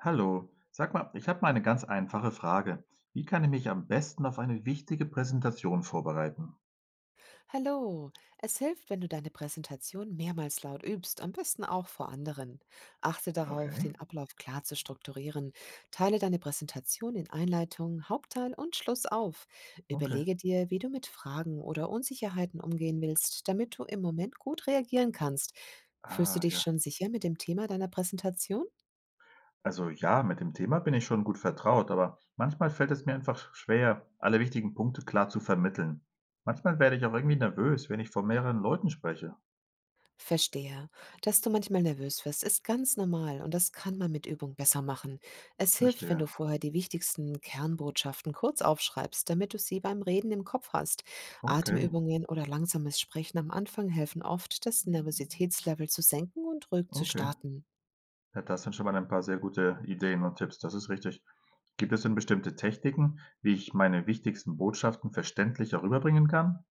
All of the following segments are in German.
Hallo, sag mal, ich habe mal eine ganz einfache Frage. Wie kann ich mich am besten auf eine wichtige Präsentation vorbereiten? Hallo, es hilft, wenn du deine Präsentation mehrmals laut übst, am besten auch vor anderen. Achte darauf, Okay, den Ablauf klar zu strukturieren. Teile deine Präsentation in Einleitung, Hauptteil und Schluss auf. okay. Überlege dir, wie du mit Fragen oder Unsicherheiten umgehen willst, damit du im Moment gut reagieren kannst. Fühlst du Ah, dich ja. schon sicher mit dem Thema deiner Präsentation? Also ja, mit dem Thema bin ich schon gut vertraut, aber manchmal fällt es mir einfach schwer, alle wichtigen Punkte klar zu vermitteln. Manchmal werde ich auch irgendwie nervös, wenn ich vor mehreren Leuten spreche. Verstehe. Dass du manchmal nervös wirst, ist ganz normal und das kann man mit Übung besser machen. Es hilft, wenn du Verstehe. vorher die wichtigsten Kernbotschaften kurz aufschreibst, damit du sie beim Reden im Kopf hast. Okay, Atemübungen oder langsames Sprechen am Anfang helfen oft, das Nervositätslevel zu senken und ruhig zu okay. starten. Ja, das sind schon mal ein paar sehr gute Ideen und Tipps, das ist richtig. Gibt es denn bestimmte Techniken, wie ich meine wichtigsten Botschaften verständlicher rüberbringen kann?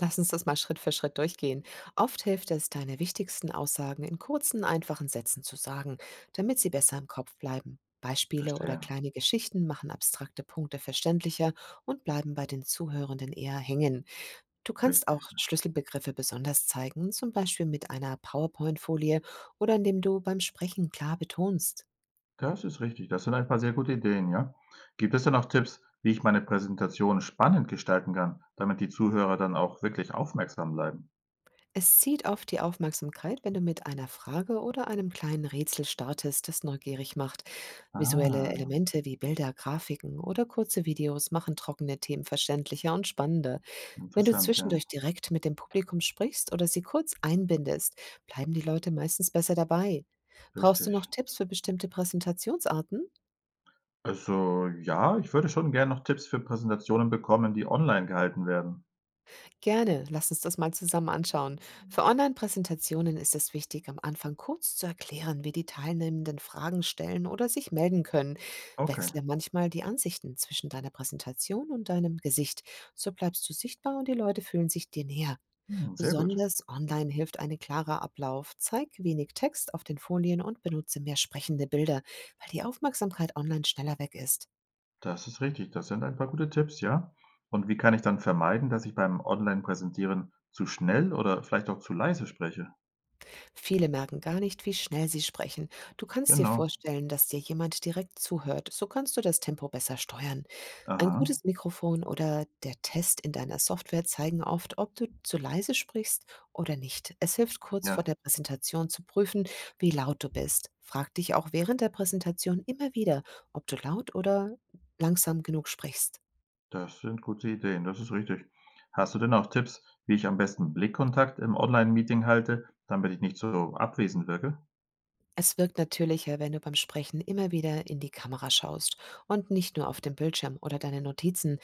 Lass uns das mal Schritt für Schritt durchgehen. Oft hilft es, deine wichtigsten Aussagen in kurzen, einfachen Sätzen zu sagen, damit sie besser im Kopf bleiben. Beispiele oder Verstehe, kleine Geschichten machen abstrakte Punkte verständlicher und bleiben bei den Zuhörenden eher hängen. Du kannst auch richtig. Schlüsselbegriffe besonders zeigen, zum Beispiel mit einer PowerPoint-Folie oder indem du beim Sprechen klar betonst. Das ist richtig. Das sind ein paar sehr gute Ideen, ja. Gibt es denn auch Tipps, wie ich meine Präsentation spannend gestalten kann, damit die Zuhörer dann auch wirklich aufmerksam bleiben? Es zieht oft die Aufmerksamkeit, wenn du mit einer Frage oder einem kleinen Rätsel startest, das neugierig macht. Visuelle Ah, Elemente wie Bilder, Grafiken oder kurze Videos machen trockene Themen verständlicher und spannender. Wenn du interessant, ja, zwischendurch direkt mit dem Publikum sprichst oder sie kurz einbindest, bleiben die Leute meistens besser dabei. Brauchst du noch richtig. Tipps für bestimmte Präsentationsarten? Also ja, ich würde schon gerne noch Tipps für Präsentationen bekommen, die online gehalten werden. Gerne, lass uns das mal zusammen anschauen. Für Online-Präsentationen ist es wichtig, am Anfang kurz zu erklären, wie die Teilnehmenden Fragen stellen oder sich melden können. Okay, Wechsle manchmal die Ansichten zwischen deiner Präsentation und deinem Gesicht. So bleibst du sichtbar und die Leute fühlen sich dir näher. hm, sehr gut. Besonders online hilft ein klarer Ablauf. Zeig wenig Text auf den Folien und benutze mehr sprechende Bilder, weil die Aufmerksamkeit online schneller weg ist. Das ist richtig. Das sind ein paar gute Tipps, ja. Und wie kann ich dann vermeiden, dass ich beim Online-Präsentieren zu schnell oder vielleicht auch zu leise spreche? Viele merken gar nicht, wie schnell sie sprechen. Du kannst dir Genau. vorstellen, dass dir jemand direkt zuhört. So kannst du das Tempo besser steuern. Ein Aha, gutes Mikrofon oder der Test in deiner Software zeigen oft, ob du zu leise sprichst oder nicht. Es hilft kurz vor ja. der Präsentation zu prüfen, wie laut du bist. Frag dich auch während der Präsentation immer wieder, ob du laut oder langsam genug sprichst. Das sind gute Ideen, das ist richtig. Hast du denn auch Tipps, wie ich am besten Blickkontakt im Online-Meeting halte, damit ich nicht so abwesend wirke? Es wirkt natürlicher, wenn du beim Sprechen immer wieder in die Kamera schaust und nicht nur auf den Bildschirm oder deine Notizen.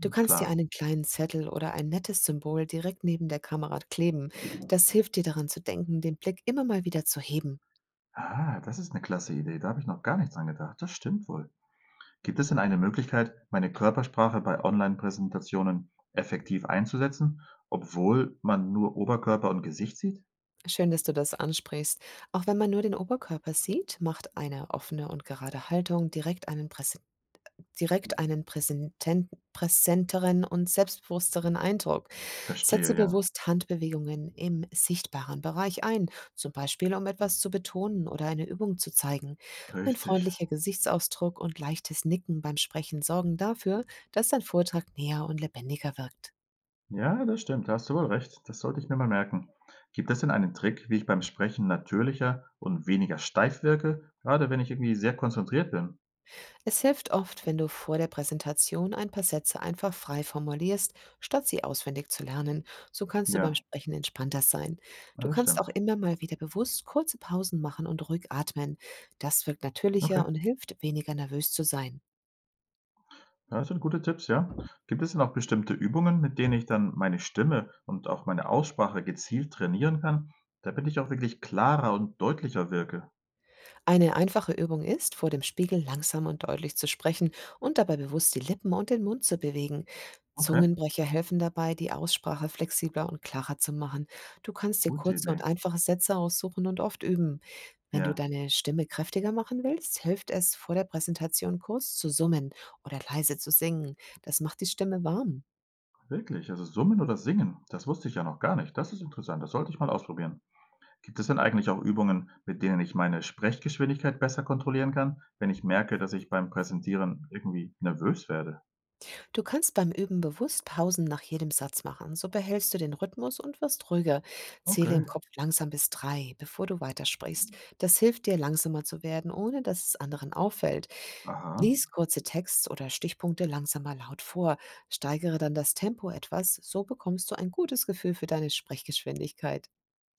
Du kannst dir klar. einen kleinen Zettel oder ein nettes Symbol direkt neben der Kamera kleben. Das hilft dir daran zu denken, den Blick immer mal wieder zu heben. Ah, das ist eine klasse Idee, da habe ich noch gar nichts dran gedacht. Das stimmt wohl. Gibt es denn eine Möglichkeit, meine Körpersprache bei Online-Präsentationen effektiv einzusetzen, obwohl man nur Oberkörper und Gesicht sieht? Schön, dass du das ansprichst. Auch wenn man nur den Oberkörper sieht, macht eine offene und gerade Haltung direkt einen präsenteren und selbstbewussteren Eindruck. Verstehe, Setze ja. bewusst Handbewegungen im sichtbaren Bereich ein, zum Beispiel um etwas zu betonen oder eine Übung zu zeigen. Ein Richtig. freundlicher Gesichtsausdruck und leichtes Nicken beim Sprechen sorgen dafür, dass dein Vortrag näher und lebendiger wirkt. Ja, das stimmt, da hast du wohl recht. Das sollte ich mir mal merken. Gibt es denn einen Trick, wie ich beim Sprechen natürlicher und weniger steif wirke, gerade wenn ich irgendwie sehr konzentriert bin? Es hilft oft, wenn du vor der Präsentation ein paar Sätze einfach frei formulierst, statt sie auswendig zu lernen. So kannst du beim Ja, Sprechen entspannter sein. ja, Du das kannst auch stimmt. immer mal wieder bewusst kurze Pausen machen und ruhig atmen. Das wirkt Okay, natürlicher und hilft, weniger nervös zu sein. ja, das sind gute Tipps, ja. Gibt es denn auch bestimmte Übungen, mit denen ich dann meine Stimme und auch meine Aussprache gezielt trainieren kann, damit ich auch wirklich klarer und deutlicher wirke? Eine einfache Übung ist, vor dem Spiegel langsam und deutlich zu sprechen und dabei bewusst die Lippen und den Mund zu bewegen. Okay, Zungenbrecher helfen dabei, die Aussprache flexibler und klarer zu machen. Du kannst dir gute kurze Idee. und einfache Sätze aussuchen und oft üben. Wenn du Ja, deine Stimme kräftiger machen willst, hilft es, vor der Präsentation kurz zu summen oder leise zu singen. Das macht die Stimme warm. wirklich. Also summen oder singen, das wusste ich ja noch gar nicht. Das ist interessant, das sollte ich mal ausprobieren. Gibt es denn eigentlich auch Übungen, mit denen ich meine Sprechgeschwindigkeit besser kontrollieren kann, wenn ich merke, dass ich beim Präsentieren irgendwie nervös werde? Du kannst beim Üben bewusst Pausen nach jedem Satz machen. So behältst du den Rhythmus und wirst ruhiger. Zähle Okay, im Kopf langsam bis drei, bevor du weitersprichst. Das hilft dir, langsamer zu werden, ohne dass es anderen auffällt. aha, Lies kurze Texts oder Stichpunkte langsamer laut vor. Steigere dann das Tempo etwas. So bekommst du ein gutes Gefühl für deine Sprechgeschwindigkeit.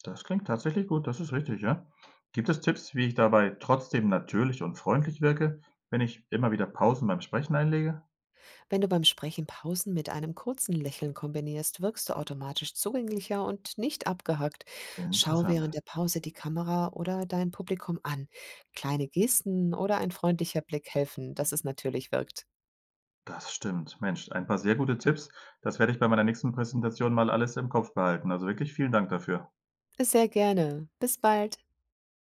das klingt tatsächlich gut, das ist richtig, ja. Gibt es Tipps, wie ich dabei trotzdem natürlich und freundlich wirke, wenn ich immer wieder Pausen beim Sprechen einlege? Wenn du beim Sprechen Pausen mit einem kurzen Lächeln kombinierst, wirkst du automatisch zugänglicher und nicht abgehackt. Schau Interessant. während der Pause die Kamera oder dein Publikum an. Kleine Gesten oder ein freundlicher Blick helfen, dass es natürlich wirkt. Das stimmt. Mensch, ein paar sehr gute Tipps. Das werde ich bei meiner nächsten Präsentation mal alles im Kopf behalten. Also wirklich vielen Dank dafür. Sehr gerne. Bis bald.